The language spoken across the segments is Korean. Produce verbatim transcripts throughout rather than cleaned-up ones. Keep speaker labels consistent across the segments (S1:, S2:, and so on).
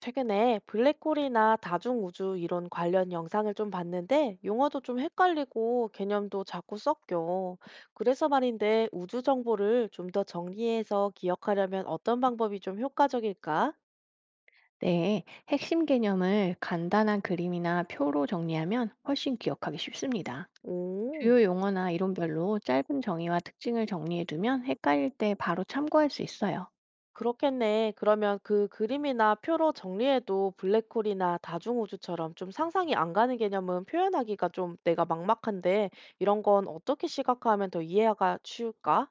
S1: 최근에 블랙홀이나 다중우주 이론 관련 영상을 좀 봤는데 용어도 좀 헷갈리고 개념도 자꾸 섞여. 그래서 말인데 우주 정보를 좀 더 정리해서 기억하려면 어떤 방법이 좀 효과적일까?
S2: 네, 핵심 개념을 간단한 그림이나 표로 정리하면 훨씬 기억하기 쉽습니다.
S1: 오,
S2: 주요 용어나 이론별로 짧은 정의와 특징을 정리해두면 헷갈릴 때 바로 참고할 수 있어요.
S1: 그렇겠네. 그러면 그 그림이나 표로 정리해도 블랙홀이나 다중우주처럼 좀 상상이 안 가는 개념은 표현하기가 좀 내가 막막한데 이런 건 어떻게 시각화하면 더 이해가 쉬울까?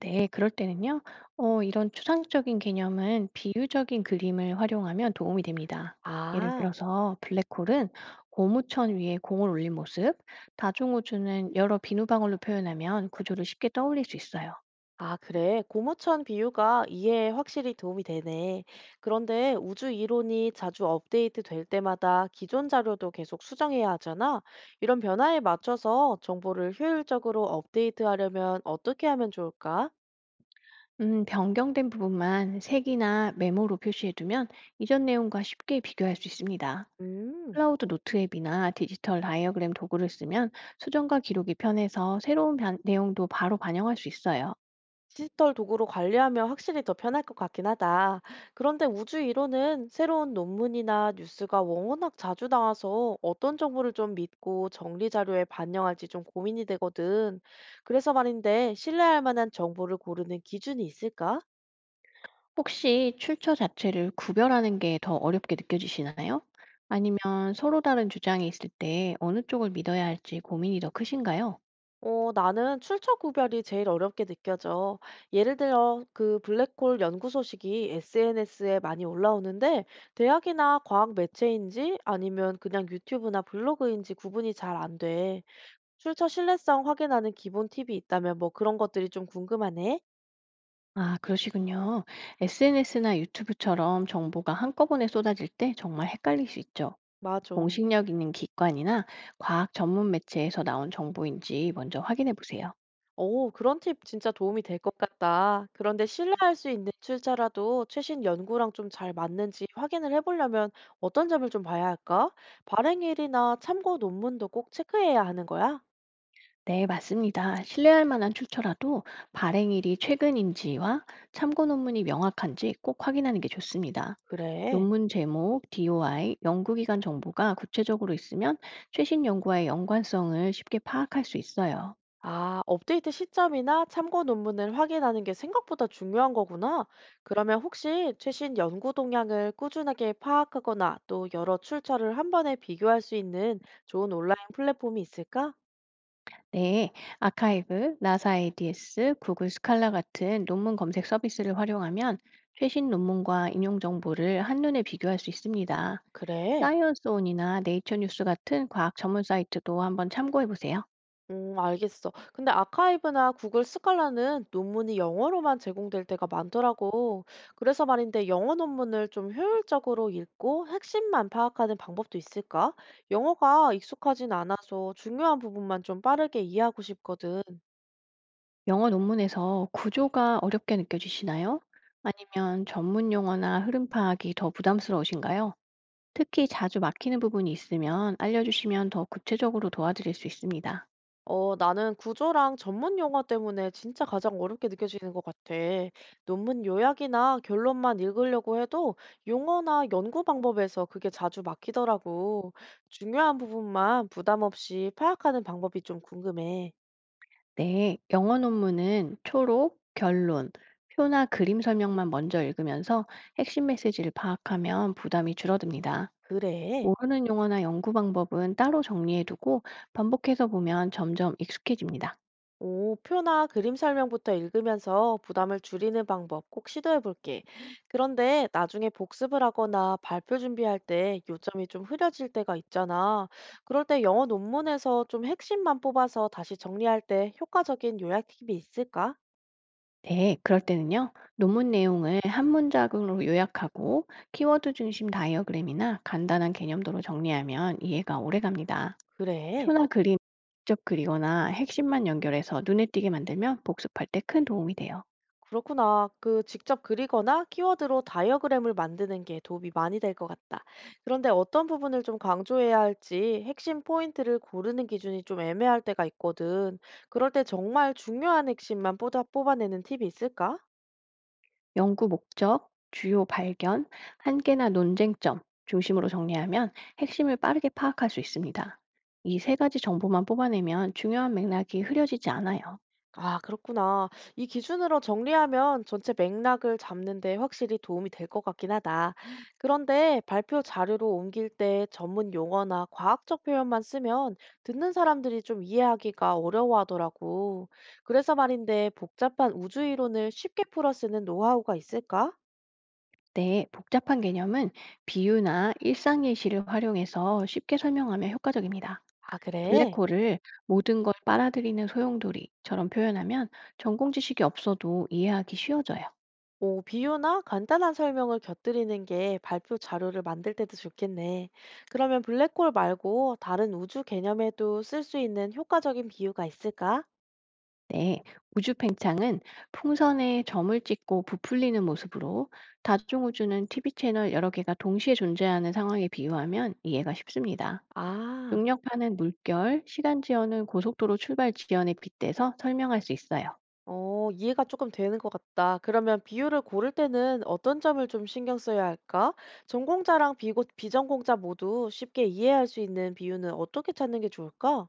S2: 네, 그럴 때는요, 어, 이런 추상적인 개념은 비유적인 그림을 활용하면 도움이 됩니다. 예를
S1: 아.
S2: 들어서 블랙홀은 고무천 위에 공을 올린 모습, 다중우주는 여러 비누방울로 표현하면 구조를 쉽게 떠올릴 수 있어요.
S1: 아, 그래. 고무천 비유가 이해에 확실히 도움이 되네. 그런데 우주 이론이 자주 업데이트 될 때마다 기존 자료도 계속 수정해야 하잖아. 이런 변화에 맞춰서 정보를 효율적으로 업데이트하려면 어떻게 하면 좋을까?
S2: 음, 변경된 부분만 색이나 메모로 표시해두면 이전 내용과 쉽게 비교할 수 있습니다.
S1: 음.
S2: 클라우드 노트 앱이나 디지털 다이어그램 도구를 쓰면 수정과 기록이 편해서 새로운 변- 내용도 바로 반영할 수 있어요.
S1: 디지털 도구로 관리하면 확실히 더 편할 것 같긴 하다. 그런데 우주 이론은 새로운 논문이나 뉴스가 워낙 자주 나와서 어떤 정보를 좀 믿고 정리 자료에 반영할지 좀 고민이 되거든. 그래서 말인데 신뢰할 만한 정보를 고르는 기준이 있을까?
S2: 혹시 출처 자체를 구별하는 게 더 어렵게 느껴지시나요? 아니면 서로 다른 주장이 있을 때 어느 쪽을 믿어야 할지 고민이 더 크신가요?
S1: 어, 나는 출처 구별이 제일 어렵게 느껴져. 예를 들어, 그 블랙홀 연구 소식이 에스엔에스에 많이 올라오는데, 대학이나 과학 매체인지 아니면 그냥 유튜브나 블로그인지 구분이 잘 안 돼. 출처 신뢰성 확인하는 기본 팁이 있다면 뭐 그런 것들이 좀 궁금하네.
S2: 아, 그러시군요. 에스엔에스나 유튜브처럼 정보가 한꺼번에 쏟아질 때 정말 헷갈릴 수 있죠.
S1: 맞아.
S2: 공식력 있는 기관이나 과학 전문 매체에서 나온 정보인지 먼저 확인해 보세요.
S1: 오, 그런 팁 진짜 도움이 될 것 같다. 그런데 신뢰할 수 있는 출처라도 최신 연구랑 좀 잘 맞는지 확인을 해보려면 어떤 점을 좀 봐야 할까? 발행일이나 참고 논문도 꼭 체크해야 하는 거야?
S2: 네, 맞습니다. 신뢰할 만한 출처라도 발행일이 최근인지와 참고 논문이 명확한지 꼭 확인하는 게 좋습니다.
S1: 그래.
S2: 논문 제목, 디오아이, 연구기간 정보가 구체적으로 있으면 최신 연구와의 연관성을 쉽게 파악할 수 있어요.
S1: 아, 업데이트 시점이나 참고 논문을 확인하는 게 생각보다 중요한 거구나. 그러면 혹시 최신 연구 동향을 꾸준하게 파악하거나 또 여러 출처를 한 번에 비교할 수 있는 좋은 온라인 플랫폼이 있을까?
S2: 네, 아카이브, 나사 에이디에스, 구글 스칼라 같은 논문 검색 서비스를 활용하면 최신 논문과 인용 정보를 한눈에 비교할 수 있습니다.
S1: 그래.
S2: 사이언스온이나 네이처 뉴스 같은 과학 전문 사이트도 한번 참고해 보세요.
S1: 음, 알겠어. 근데 아카이브나 구글 스칼라는 논문이 영어로만 제공될 때가 많더라고. 그래서 말인데 영어 논문을 좀 효율적으로 읽고 핵심만 파악하는 방법도 있을까? 영어가 익숙하진 않아서 중요한 부분만 좀 빠르게 이해하고 싶거든.
S2: 영어 논문에서 구조가 어렵게 느껴지시나요? 아니면 전문 용어나 흐름 파악이 더 부담스러우신가요? 특히 자주 막히는 부분이 있으면 알려주시면 더 구체적으로 도와드릴 수 있습니다.
S1: 어, 나는 구조랑 전문 용어 때문에 진짜 가장 어렵게 느껴지는 것 같아. 논문 요약이나 결론만 읽으려고 해도 용어나 연구 방법에서 그게 자주 막히더라고. 중요한 부분만 부담 없이 파악하는 방법이 좀 궁금해.
S2: 네, 영어 논문은 초록, 결론, 표나 그림 설명만 먼저 읽으면서 핵심 메시지를 파악하면 부담이 줄어듭니다.
S1: 그래.
S2: 모르는 용어나 연구 방법은 따로 정리해두고 반복해서 보면 점점 익숙해집니다.
S1: 오, 표나 그림 설명부터 읽으면서 부담을 줄이는 방법 꼭 시도해 볼게. 그런데 나중에 복습을 하거나 발표 준비할 때 요점이 좀 흐려질 때가 있잖아. 그럴 때 영어 논문에서 좀 핵심만 뽑아서 다시 정리할 때 효과적인 요약 팁이 있을까?
S2: 네, 그럴 때는요, 논문 내용을 한 문장으로 요약하고 키워드 중심 다이어그램이나 간단한 개념도로 정리하면 이해가 오래 갑니다.
S1: 그래.
S2: 표나 그림 직접 그리거나 핵심만 연결해서 눈에 띄게 만들면 복습할 때 큰 도움이 돼요.
S1: 그렇구나. 그 직접 그리거나 키워드로 다이어그램을 만드는 게 도움이 많이 될 것 같다. 그런데 어떤 부분을 좀 강조해야 할지 핵심 포인트를 고르는 기준이 좀 애매할 때가 있거든. 그럴 때 정말 중요한 핵심만 뽑아, 뽑아내는 팁이 있을까?
S2: 연구 목적, 주요 발견, 한계나 논쟁점 중심으로 정리하면 핵심을 빠르게 파악할 수 있습니다. 이 세 가지 정보만 뽑아내면 중요한 맥락이 흐려지지 않아요.
S1: 아, 그렇구나. 이 기준으로 정리하면 전체 맥락을 잡는 데 확실히 도움이 될 것 같긴 하다. 그런데 발표 자료로 옮길 때 전문 용어나 과학적 표현만 쓰면 듣는 사람들이 좀 이해하기가 어려워하더라고. 그래서 말인데 복잡한 우주 이론을 쉽게 풀어 쓰는 노하우가 있을까?
S2: 네, 복잡한 개념은 비유나 일상 예시를 활용해서 쉽게 설명하면 효과적입니다.
S1: 아, 그래?
S2: 블랙홀을 모든 걸 빨아들이는 소용돌이처럼 표현하면 전공 지식이 없어도 이해하기 쉬워져요.
S1: 오, 비유나 간단한 설명을 곁들이는 게 발표 자료를 만들 때도 좋겠네. 그러면 블랙홀 말고 다른 우주 개념에도 쓸 수 있는 효과적인 비유가 있을까?
S2: 네, 우주팽창은 풍선에 점을 찍고 부풀리는 모습으로 다중우주는 티비 채널 여러 개가 동시에 존재하는 상황에 비유하면 이해가 쉽습니다.
S1: 아,
S2: 중력파는 물결, 시간지연은 고속도로 출발 지연에 빗대서 설명할 수 있어요.
S1: 어, 이해가 조금 되는 것 같다. 그러면 비유를 고를 때는 어떤 점을 좀 신경 써야 할까? 전공자랑 비고, 비전공자 모두 쉽게 이해할 수 있는 비유는 어떻게 찾는 게 좋을까?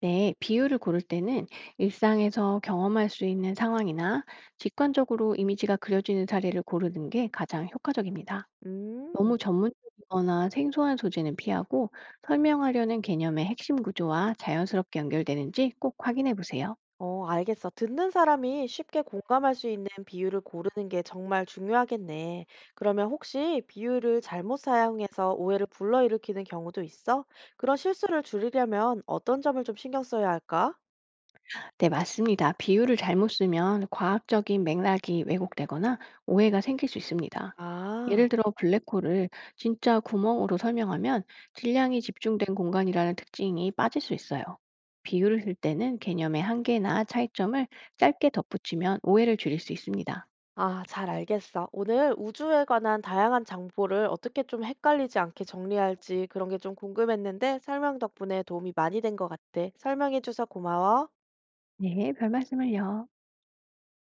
S2: 네, 비유를 고를 때는 일상에서 경험할 수 있는 상황이나 직관적으로 이미지가 그려지는 사례를 고르는 게 가장 효과적입니다.
S1: 음.
S2: 너무 전문적이거나 생소한 소재는 피하고 설명하려는 개념의 핵심 구조와 자연스럽게 연결되는지 꼭 확인해 보세요.
S1: 어, 알겠어. 듣는 사람이 쉽게 공감할 수 있는 비유를 고르는 게 정말 중요하겠네. 그러면 혹시 비유를 잘못 사용해서 오해를 불러일으키는 경우도 있어? 그런 실수를 줄이려면 어떤 점을 좀 신경 써야 할까?
S2: 네, 맞습니다. 비유를 잘못 쓰면 과학적인 맥락이 왜곡되거나 오해가 생길 수 있습니다.
S1: 아,
S2: 예를 들어 블랙홀을 진짜 구멍으로 설명하면 질량이 집중된 공간이라는 특징이 빠질 수 있어요. 비유를 쓸 때는 개념의 한계나 차이점을 짧게 덧붙이면 오해를 줄일 수 있습니다.
S1: 아, 잘 알겠어. 오늘 우주에 관한 다양한 정보를 어떻게 좀 헷갈리지 않게 정리할지 그런 게 좀 궁금했는데 설명 덕분에 도움이 많이 된 것 같아. 설명해줘서 고마워.
S2: 네, 별 말씀을요.